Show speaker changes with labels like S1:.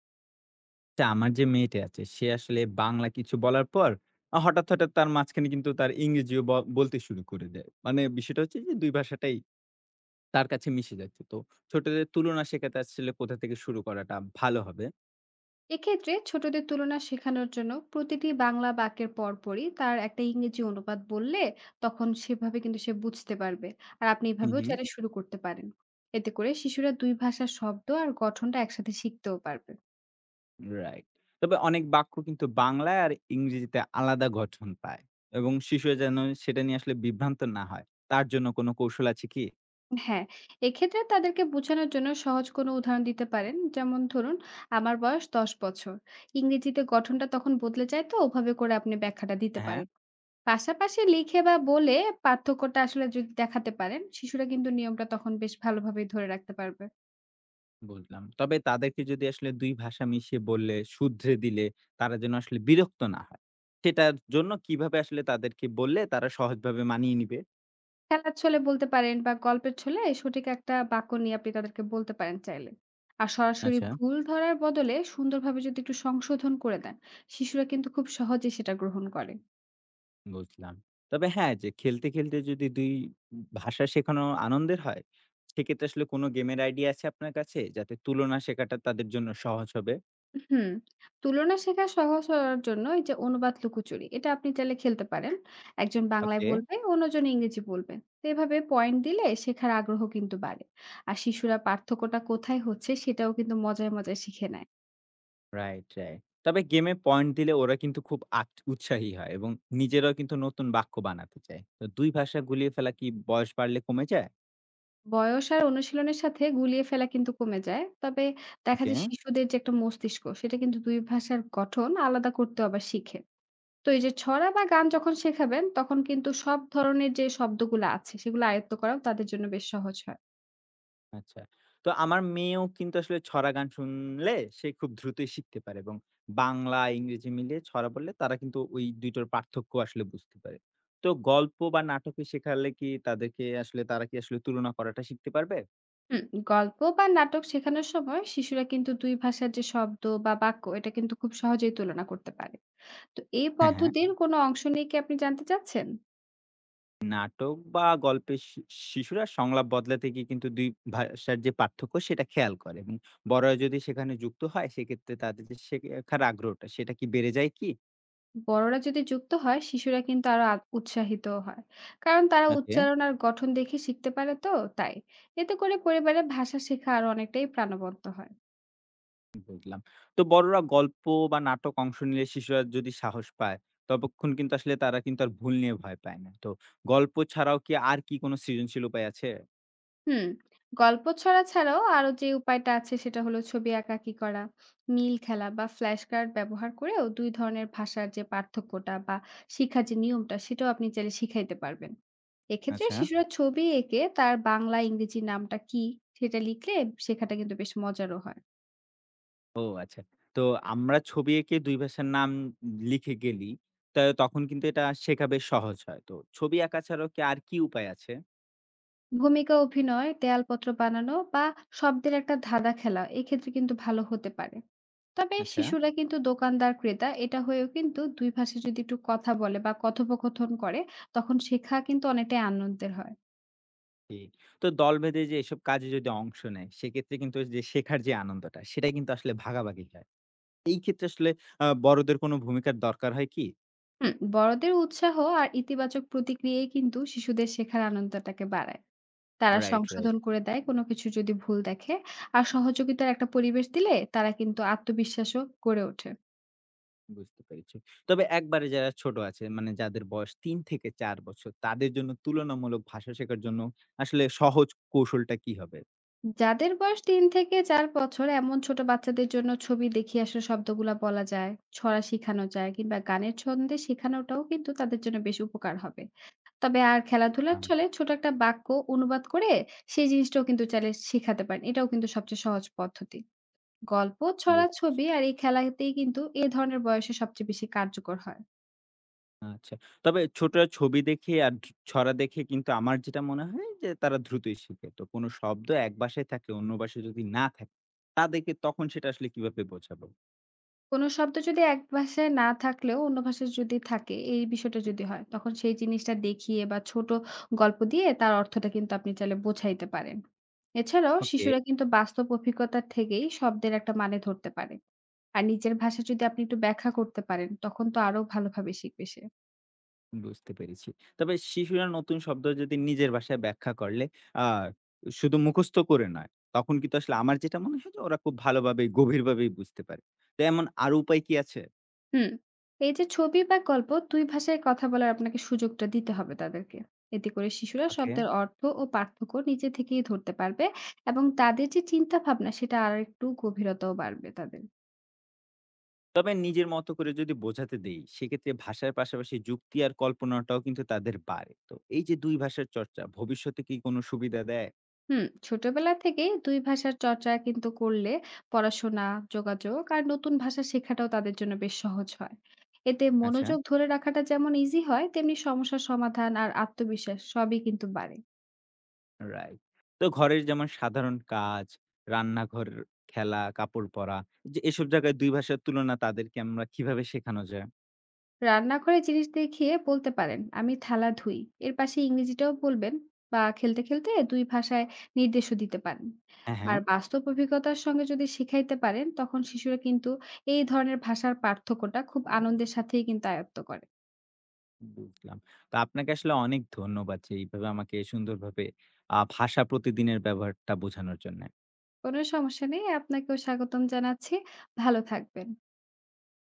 S1: তা আমার যে মেয়েটি আছে সে আসলে বাংলা কিছু বলার পর হঠাৎ তার মাঝখানে কিন্তু তার ইংরেজিও বলতে শুরু করে দেয়। মানে বিষয়টা হচ্ছে যে ২ ভাষাটাই তার কাছে মিশে যাচ্ছে। তো ছোটদের তুলনা শেখাতে আসলে কোথা থেকে শুরু করাটা ভালো হবে?
S2: এক্ষেত্রে ছোটদের তুলনা শেখানোর জন্য প্রতিটি বাংলা বাক্যের পরপরই তার একটা ইংরেজি অনুবাদ বললে তখন সেভাবে কিন্তু সে বুঝতে পারবে। আর আপনি
S1: হুম,
S2: এভাবেও
S1: হুম।
S2: চাইলে শুরু করতে পারেন। এতে করে শিশুরা দুই ভাষার শব্দ আর গঠনটা একসাথে শিখতেও পারবে।
S1: রাইট। তবে অনেক বাক্য কিন্তু বাংলায় আর ইংরেজিতে আলাদা গঠন পায় এবং শিশু যেন সেটা নিয়ে আসলে বিভ্রান্ত না হয়। তার জন্য কোনো কৌশল আছে কি?
S2: হ্যাঁ, এক্ষেত্রে তাদেরকে বোঝানোর জন্য সহজ কোনো উদাহরণ দিতে পারেন। যেমন ধরুন, আমার বয়স ১০ বছর। ইংরেজিতে গঠনটা তখন বদলে যায়, তো ওভাবে করে আপনি ব্যাখ্যাটা দিতে
S1: হ্যাঁ।
S2: পারেন। পাশাপাশি লিখে বা বলে পার্থক্যটা আসলে যদি দেখাতে পারেন, শিশুরা কিন্তু নিয়মটা তখন বেশ ভালোভাবেই ধরে রাখতে পারবে।
S1: বুঝলাম। তবে তাদেরকে যদি আসলে ২ ভাষা মিশিয়ে বললে, শুধরে দিলে, তারা যেন আসলে বিরক্ত না হয়, সেটার জন্য কিভাবে আসলে তাদেরকে বললে তারা সহজভাবে মানিয়ে নিবে?
S2: খেলার ছলে বলতে পারেন বা গল্পের ছলে সঠিক একটা বাক্য নিয়ে আপনি তাদেরকে বলতে পারেন চাইলে। আর সরাসরি
S1: আচ্ছা,
S2: ভুল ধরার বদলে সুন্দরভাবে যদি একটু সংশোধন করে দেন, শিশুরা কিন্তু খুব সহজেই সেটা গ্রহণ করে।
S1: বুঝলাম। তবে হ্যাঁ, যে খেলতে যদি ২ ভাষা শেখানো আনন্দের হয়, সেক্ষেত্রে আসলে কোনো গেমের আইডিয়া আছে আপনার কাছে? যাতে তুলনা শেখাটা তাদের জন্য সহজ হবে?
S2: হুম, তুলনা শেখা সহজ হওয়ার জন্য এই যে অনুবাদ লুকোচুরি, এটা আপনি চাইলে খেলতে পারেন। একজন বাংলায়
S1: ওকে।
S2: বলবে, অন্যজন ইংরেজি বলবে। তো এভাবে পয়েন্ট দিলে শেখার আগ্রহ কিন্তু বাড়ে। আর শিশুরা পার্থক্যটা কোথায় হচ্ছে সেটাও কিন্তু মজায়, মজায় শিখে নেয়।
S1: Right, right. তবে গেমে পয়েন্ট দিলে ওরা কিন্তু খুব উৎসাহী হয় এবং নিজেরাও কিন্তু নতুন বাক্য বানাতে চায়। তো ২ ভাষা গুলিয়ে ফেলা কি বয়স বাড়লে কমে যায়?
S2: বয়স আর অনুশীলনের সাথে গুলিয়ে ফেলা কিন্তু কমে যায়। তবে দেখা
S1: ওকে,
S2: যায় শিশুদের যে একটা মস্তিষ্ক সেটা কিন্তু ২ ভাষার গঠন আলাদা করতে আবার শিখে। তো এই যে ছড়া বা গান যখন শেখাবেন তখন কিন্তু সব ধরনের যে শব্দগুলা আছে সেগুলো আয়ত্ত করাও তাদের জন্য বেশ সহজ হয়।
S1: আচ্ছা। তো আমার মেয়েও কিন্তু আসলে ছড়া গান শুনলে সে খুব দ্রুতই শিখতে পারে এবং বাংলা, ইংরেজি মিলিয়ে ছড়া বললে তারা কিন্তু ওই ২ টার পার্থক্য আসলে বুঝতে পারে। তো গল্প বা নাটকে শেখালে কি তাদেরকে আসলে তারা কি আসলে তুলনা করাটা শিখতে পারবে?
S2: হুম, গল্প বা নাটক শেখানোর সময় শিশুরা কিন্তু দুই ভাষার যে শব্দ বা বাক্য, এটা কিন্তু খুব সহজেই তুলনা করতে পারে। তো এই
S1: হ্যাঁ, হ্যাঁ।
S2: পদ্ধতির কোনো অংশ নিয়ে কি আপনি জানতে চাচ্ছেন?
S1: নাটক বা গল্পের শিশুরা সংলাপ বদলাতে গিয়ে কিন্তু ২ ভাষার যে পার্থক্য সেটা খেয়াল করে এবং বড়রা যদি সেখানে যুক্ত হয় সেক্ষেত্রে তাদের যে শেখার আগ্রহটা সেটা কি বেড়ে যায় কি?
S2: বড়রা যদি যুক্ত হয় শিশুরা কিন্তু আরো উৎসাহিত হয়, কারণ তারা
S1: ওকে।
S2: উচ্চারণ আর গঠন দেখে শিখতে পারে। তো তাই এতে করে পরিবারের ভাষা শেখা আরো অনেকটাই প্রাণবন্ত হয়।
S1: বুঝলাম। তো বড়রা গল্প বা নাটক অংশ নিলে শিশুরা যদি সাহস পায়, ততক্ষণ কিন্তু আসলে তারা কিন্তু আর ভুল নিয়ে ভয় পায় না। তো গল্প ছাড়াও আর কি কোনো সৃজনশীল উপায় আছে?
S2: হুম, গল্প ছড়া ছাড়াও আরো যে উপায়টা আছে সেটা হলো ছবি আঁকাআঁকি করা, মিল খেলা বা ফ্ল্যাশ কার্ড ব্যবহার করেও দুই ধরনের ভাষার যে পার্থক্যটা বা শিক্ষার যে নিয়মটা, সেটাও আপনি চাইলে শিখাইতে পারবেন। এক্ষেত্রে
S1: আচ্ছা।
S2: শিশুরা ছবি এঁকে তার বাংলা, ইংরেজি নামটা কী সেটা লিখলে শেখাটা কিন্তু বেশ মজারও হয়।
S1: ও আচ্ছা। তো আমরা ছবি এঁকে ২ ভাষার নাম লিখে গেলি, তা তখন কিন্তু এটা শেখা বেশ সহজ হয়। তো ছবি আঁকা ছাড়াও আর কি উপায় আছে?
S2: ভূমিকা অভিনয়, দেয়ালপত্র বানানো বা শব্দের একটা ধাঁধা খেলা এক্ষেত্রে কিন্তু ভালো হতে পারে। তবে
S1: আচ্ছা।
S2: শিশুরা কিন্তু দোকানদার ক্রেতা এটা হয়েও কিন্তু ২ ভাষায় যদি একটু কথা বলে বা কথোপকথন করে তখন শেখা কিন্তু অনেকটাই আনন্দের হয়।
S1: জি। তো দল বেঁধে যে এসব কাজে যদি অংশ নেয়, সেক্ষেত্রে কিন্তু যে শেখার যে আনন্দটা, সেটা কিন্তু আসলে ভাগাভাগি হয়। এই ক্ষেত্রে আসলে বড়দের কোনো ভূমিকার দরকার হয় কি?
S2: হুম, বড়দের উৎসাহ আর ইতিবাচক প্রতিক্রিয়াই কিন্তু শিশুদের শেখার আনন্দটাকে বাড়ায়। তারা
S1: রাইট, রাইট।
S2: সংশোধন করে দেয় কোনো কিছু যদি ভুল দেখে। আর সহযোগিতার একটা পরিবেশ দিলে তারা কিন্তু আত্মবিশ্বাসও গড়ে ওঠে।
S1: বুঝতে পেরেছি। তবে একবারে যারা ছোট আছে মানে যাদের বয়স ৩ থেকে ৪ বছর তাদের জন্য তুলনামূলক ভাষা শেখার জন্য আসলে সহজ কৌশলটা কি হবে?
S2: যাদের বয়স ৩ থেকে ৪ বছর এমন ছোট বাচ্চাদের জন্য ছবি দেখিয়ে আসলে শব্দগুলা বলা যায়, ছড়া শিখানো যায় কিংবা গানের ছন্দে শেখানোটাও কিন্তু তাদের জন্য বেশ উপকার হবে। তবে আর খেলাধুলার
S1: বুঝলাম।
S2: ছলে ছোট একটা বাক্য অনুবাদ করে সেই জিনিসটাও কিন্তু চাইলে শিখাতে পারেন। এটাও কিন্তু সবচেয়ে সহজ পদ্ধতি। গল্প, ছড়া,
S1: বু
S2: ছবি আর এই খেলাতেই কিন্তু এ ধরনের বয়সে সবচেয়ে বেশি কার্যকর হয়।
S1: আচ্ছা। তবে ছোটরা ছবি দেখে আর ছড়া দেখে কিন্তু আমার যেটা মনে হয় যে তারা দ্রুতই শিখে। তো কোনো শব্দ এক ভাষায় থাকে অন্য ভাষায় যদি না থাকে তাদেরকে তখন সেটা আসলে কিভাবে বোঝাবো?
S2: কোনো শব্দ যদি এক ভাষায় না থাকলেও অন্য ভাষায় যদি থাকে, এই বিষয়টা যদি হয়, তখন সেই জিনিসটা দেখিয়ে বা ছোট গল্প দিয়ে তার অর্থটা কিন্তু আপনি চাইলে বোঝাইতে পারেন। এছাড়াও
S1: ওকে।
S2: শিশুরা কিন্তু বাস্তব অভিজ্ঞতা থেকেই শব্দের একটা মানে ধরতে পারে। আর নিজের ভাষা যদি আপনি একটু ব্যাখ্যা করতে পারেন, তখন তো আরো ভালোভাবে শিখবে সে।
S1: বুঝতে পেরেছি। তবে শিশুরা নতুন শব্দ যদি নিজের ভাষায় ব্যাখ্যা করলে আ শুধু মুখস্থ করে নয়, তখন কিন্তু আসলে আমার যেটা মনে হয় যে ওরা খুব ভালোভাবে গভীরভাবেই বুঝতে পারে। তো এমন আরো উপায় কি আছে?
S2: হুম। এই যে ছবি বা গল্প ২ ভাষায় কথা বলার আপনাকে সুযোগটা দিতে হবে তাদেরকে। এতে করে শিশুরা
S1: ওকে।
S2: শব্দের অর্থ ও পার্থক্য নিজে থেকেই ধরতে পারবে এবং তাদের যে চিন্তা ভাবনা সেটা আরেকটু গভীরতাও বাড়বে তাদের।
S1: তবে নিজের মতো করে যদি বোঝাতে দেই, সেক্ষেত্রে ভাষার পাশাপাশি যুক্তি আর কল্পনাটাও কিন্তু তাদের বাড়ে। তো এই যে ২ ভাষার চর্চা ভবিষ্যতে কি কোনো সুবিধা দেয়?
S2: হুম, ছোটবেলা থেকেই ২ ভাষার চর্চা কিন্তু করলে পড়াশোনা, যোগাযোগ আর নতুন ভাষা শেখাটাও তাদের জন্য বেশ সহজ হয়। এতে
S1: আচ্ছা।
S2: মনোযোগ ধরে রাখাটা যেমন ইজি হয়, তেমনি সমস্যার সমাধান আর আত্মবিশ্বাস সবই কিন্তু বাড়ে।
S1: রাইট। তো ঘরের যেমন সাধারণ কাজ, রান্নাঘর, খেলা, কাপড় পরা যে এসব জায়গায় ২ ভাষার তুলনা তাদেরকে আমরা কিভাবে শেখানো যায়?
S2: রান্নাঘরে জিনিস দেখিয়ে বলতে পারেন আমি থালা ধুই, এর পাশে ইংরেজিটাও বলবেন বা খেলতে খেলতে দুই ভাষায় নির্দেশও দিতে পারেন।
S1: হ্যাঁ,
S2: হুম, আর
S1: হ্যাঁ,
S2: বাস্তব অভিজ্ঞতার সঙ্গে যদি শিখাইতে পারেন তখন শিশুরা কিন্তু এই ধরনের ভাষার পার্থক্যটা খুব আনন্দের সাথেই কিন্তু আয়ত্ত করে।
S1: বুঝলাম। তো আপনাকে আসলে অনেক ধন্যবাদ যে এইভাবে আমাকে সুন্দরভাবে ভাষা প্রতিদিনের ব্যবহারটা বোঝানোর জন্যে।
S2: কোনো সমস্যা নেই, আপনাকেও স্বাগতম জানাচ্ছি। ভালো থাকবেন।